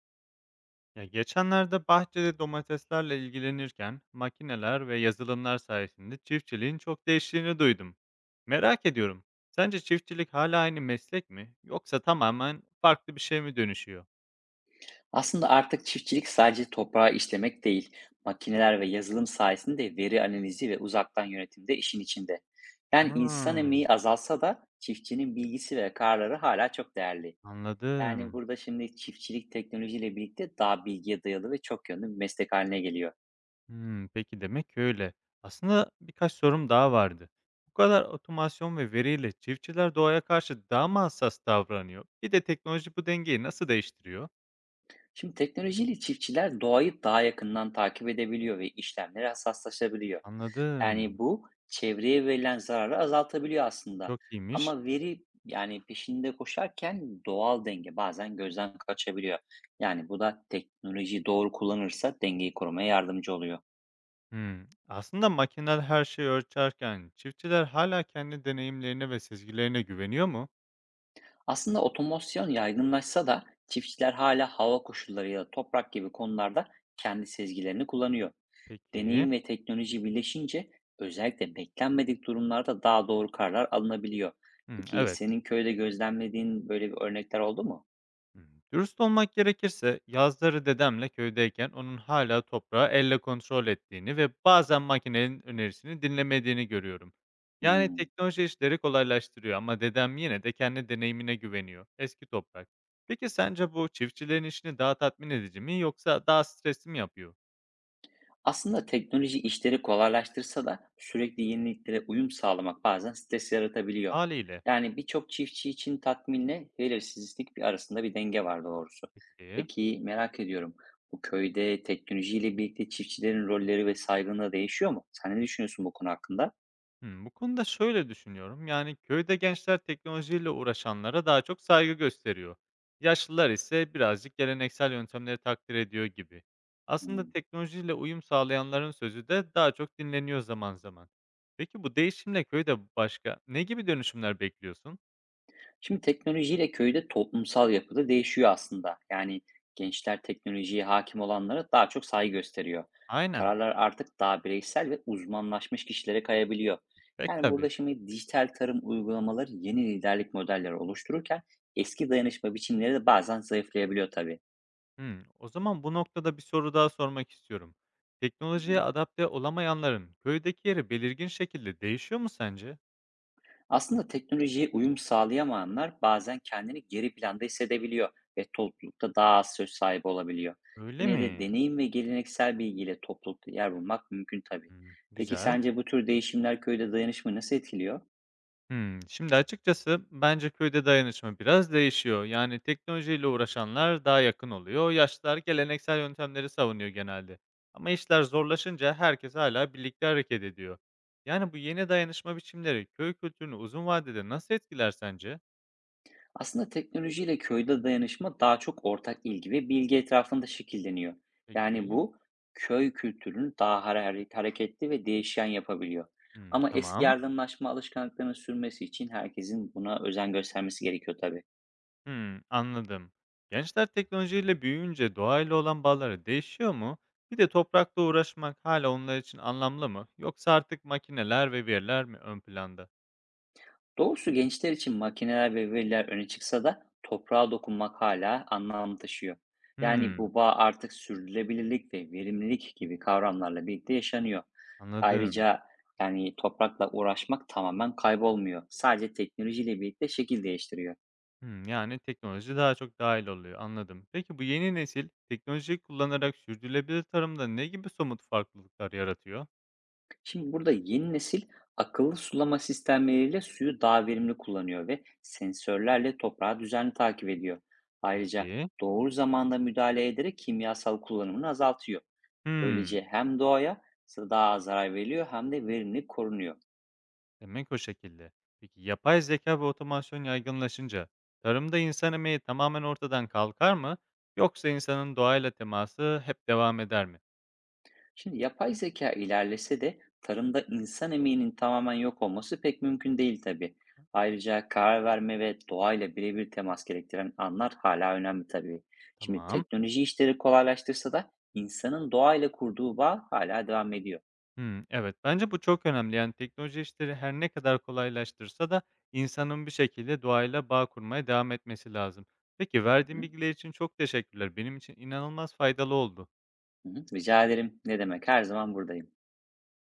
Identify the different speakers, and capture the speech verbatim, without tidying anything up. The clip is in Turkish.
Speaker 1: Ya geçenlerde bahçede domateslerle ilgilenirken makineler ve yazılımlar sayesinde çiftçiliğin çok değiştiğini duydum. Merak ediyorum. Sence çiftçilik hala aynı meslek mi yoksa tamamen farklı bir şey mi dönüşüyor?
Speaker 2: Aslında artık çiftçilik sadece toprağı işlemek değil, makineler ve yazılım sayesinde veri analizi ve uzaktan yönetim de işin içinde. Yani insan
Speaker 1: Ha,
Speaker 2: emeği azalsa da çiftçinin bilgisi ve kararları hala çok değerli. Yani
Speaker 1: anladım.
Speaker 2: burada şimdi çiftçilik teknolojiyle birlikte daha bilgiye dayalı ve çok yönlü bir meslek haline geliyor.
Speaker 1: Hmm, peki demek ki öyle. Aslında birkaç sorum daha vardı. Bu kadar otomasyon ve veriyle çiftçiler doğaya karşı daha mı hassas davranıyor? Bir de teknoloji bu dengeyi nasıl değiştiriyor?
Speaker 2: Şimdi teknolojiyle çiftçiler doğayı daha yakından takip edebiliyor ve işlemlere hassaslaşabiliyor. Yani,
Speaker 1: Anladım.
Speaker 2: bu çevreye verilen zararı azaltabiliyor aslında,
Speaker 1: Çok iyiymiş.
Speaker 2: ama veri, yani, peşinde koşarken doğal denge bazen gözden kaçabiliyor. Yani, bu da teknolojiyi doğru kullanırsa dengeyi korumaya yardımcı oluyor.
Speaker 1: Hımm. Aslında makineler her şeyi ölçerken çiftçiler hala kendi deneyimlerine ve sezgilerine güveniyor mu?
Speaker 2: Aslında otomasyon yaygınlaşsa da çiftçiler hala hava koşulları ya da toprak gibi konularda kendi sezgilerini kullanıyor.
Speaker 1: Peki.
Speaker 2: Deneyim ve teknoloji birleşince özellikle beklenmedik durumlarda daha doğru kararlar alınabiliyor.
Speaker 1: Hımm,
Speaker 2: Peki
Speaker 1: evet.
Speaker 2: senin köyde gözlemlediğin böyle bir örnekler oldu mu?
Speaker 1: Hımm. Dürüst olmak gerekirse yazları dedemle köydeyken onun hala toprağı elle kontrol ettiğini ve bazen makinenin önerisini dinlemediğini görüyorum. Yani
Speaker 2: Hıı.
Speaker 1: teknoloji işleri kolaylaştırıyor ama dedem yine de kendi deneyimine güveniyor. Eski toprak. Peki sence bu çiftçilerin işini daha tatmin edici mi yoksa daha stresli mi yapıyor?
Speaker 2: Aslında teknoloji işleri kolaylaştırsa da sürekli yeniliklere uyum sağlamak bazen stres yaratabiliyor.
Speaker 1: Haliyle.
Speaker 2: Yani birçok çiftçi için tatminle belirsizlik bir arasında bir denge var doğrusu.
Speaker 1: Peki.
Speaker 2: Peki merak ediyorum, bu köyde teknolojiyle birlikte çiftçilerin rolleri ve saygınlığı değişiyor mu? Sen ne düşünüyorsun bu konu hakkında?
Speaker 1: Hımm, bu konuda şöyle düşünüyorum, yani, köyde gençler teknolojiyle uğraşanlara daha çok saygı gösteriyor. Yaşlılar ise birazcık geleneksel yöntemleri takdir ediyor gibi. Aslında
Speaker 2: Hmm.
Speaker 1: teknolojiyle uyum sağlayanların sözü de daha çok dinleniyor zaman zaman. Peki bu değişimle köyde başka ne gibi dönüşümler bekliyorsun?
Speaker 2: Şimdi teknolojiyle köyde toplumsal yapıda değişiyor aslında. Yani gençler teknolojiye hakim olanlara daha çok saygı gösteriyor.
Speaker 1: Aynen,
Speaker 2: Kararlar artık daha bireysel ve uzmanlaşmış kişilere kayabiliyor.
Speaker 1: pek
Speaker 2: Yani
Speaker 1: tabii.
Speaker 2: burada şimdi dijital tarım uygulamaları yeni liderlik modelleri oluştururken eski dayanışma biçimleri de bazen zayıflayabiliyor tabii.
Speaker 1: Hımm, o zaman bu noktada bir soru daha sormak istiyorum.
Speaker 2: Hı hı.
Speaker 1: Teknolojiye adapte olamayanların köydeki yeri belirgin şekilde değişiyor mu sence?
Speaker 2: Aslında teknolojiye uyum sağlayamayanlar bazen kendini geri planda hissedebiliyor ve toplulukta daha az söz sahibi olabiliyor.
Speaker 1: Öyle
Speaker 2: Yine de
Speaker 1: mi?
Speaker 2: deneyim ve geleneksel bilgiyle toplulukta yer bulmak mümkün tabii.
Speaker 1: Hımm,
Speaker 2: Peki
Speaker 1: güzel.
Speaker 2: sence bu tür değişimler köyde dayanışmayı nasıl etkiliyor?
Speaker 1: Hımm. Şimdi açıkçası bence köyde dayanışma biraz değişiyor. Yani teknolojiyle uğraşanlar daha yakın oluyor, yaşlılar geleneksel yöntemleri savunuyor genelde. Ama işler zorlaşınca herkes hala birlikte hareket ediyor. Yani bu yeni dayanışma biçimleri köy kültürünü uzun vadede nasıl etkiler sence?
Speaker 2: Aslında teknolojiyle köyde dayanışma daha çok ortak ilgi ve bilgi etrafında şekilleniyor. Yani
Speaker 1: Peki.
Speaker 2: bu köy kültürünü daha hare- hareketli ve değişen yapabiliyor.
Speaker 1: Hımm,
Speaker 2: Ama eski
Speaker 1: tamam.
Speaker 2: yardımlaşma alışkanlıklarının sürmesi için herkesin buna özen göstermesi gerekiyor tabii.
Speaker 1: Hımm, anladım. Gençler teknolojiyle büyüyünce doğayla olan bağları değişiyor mu? Bir de toprakla uğraşmak hala onlar için anlamlı mı? Yoksa artık makineler ve veriler mi ön planda?
Speaker 2: Doğrusu gençler için makineler ve veriler öne çıksa da toprağa dokunmak hala anlam taşıyor. Yani
Speaker 1: Hımm,
Speaker 2: bu bağ artık sürdürülebilirlik ve verimlilik gibi kavramlarla birlikte yaşanıyor.
Speaker 1: anladım.
Speaker 2: Ayrıca yani toprakla uğraşmak tamamen kaybolmuyor. Sadece teknolojiyle birlikte şekil değiştiriyor.
Speaker 1: Hımm, yani teknoloji daha çok dahil oluyor, anladım. Peki bu yeni nesil teknolojiyi kullanarak sürdürülebilir tarımda ne gibi somut farklılıklar yaratıyor?
Speaker 2: Şimdi burada yeni nesil akıllı sulama sistemleriyle suyu daha verimli kullanıyor ve sensörlerle toprağı düzenli takip ediyor. Ayrıca
Speaker 1: Peki.
Speaker 2: doğru zamanda müdahale ederek kimyasal kullanımını azaltıyor.
Speaker 1: Hımm,
Speaker 2: Böylece hem doğaya daha az zarar veriliyor hem de verimlilik korunuyor.
Speaker 1: demek o şekilde. Peki yapay zeka ve otomasyon yaygınlaşınca tarımda insan emeği tamamen ortadan kalkar mı yoksa insanın doğayla teması hep devam eder mi?
Speaker 2: Şimdi yapay zeka ilerlese de tarımda insan emeğinin tamamen yok olması pek mümkün değil tabii. Ayrıca karar verme ve doğayla birebir temas gerektiren anlar hala önemli tabii. Şimdi
Speaker 1: Tamam.
Speaker 2: teknoloji işleri kolaylaştırsa da insanın doğayla kurduğu bağ hala devam ediyor.
Speaker 1: Hımm, evet. Bence bu çok önemli. Yani, teknoloji işleri her ne kadar kolaylaştırsa da insanın bir şekilde doğayla bağ kurmaya devam etmesi lazım. Peki, verdiğin
Speaker 2: Hı
Speaker 1: bilgiler için çok teşekkürler. Benim için inanılmaz faydalı oldu.
Speaker 2: hı. Rica ederim. Ne demek? Her zaman buradayım.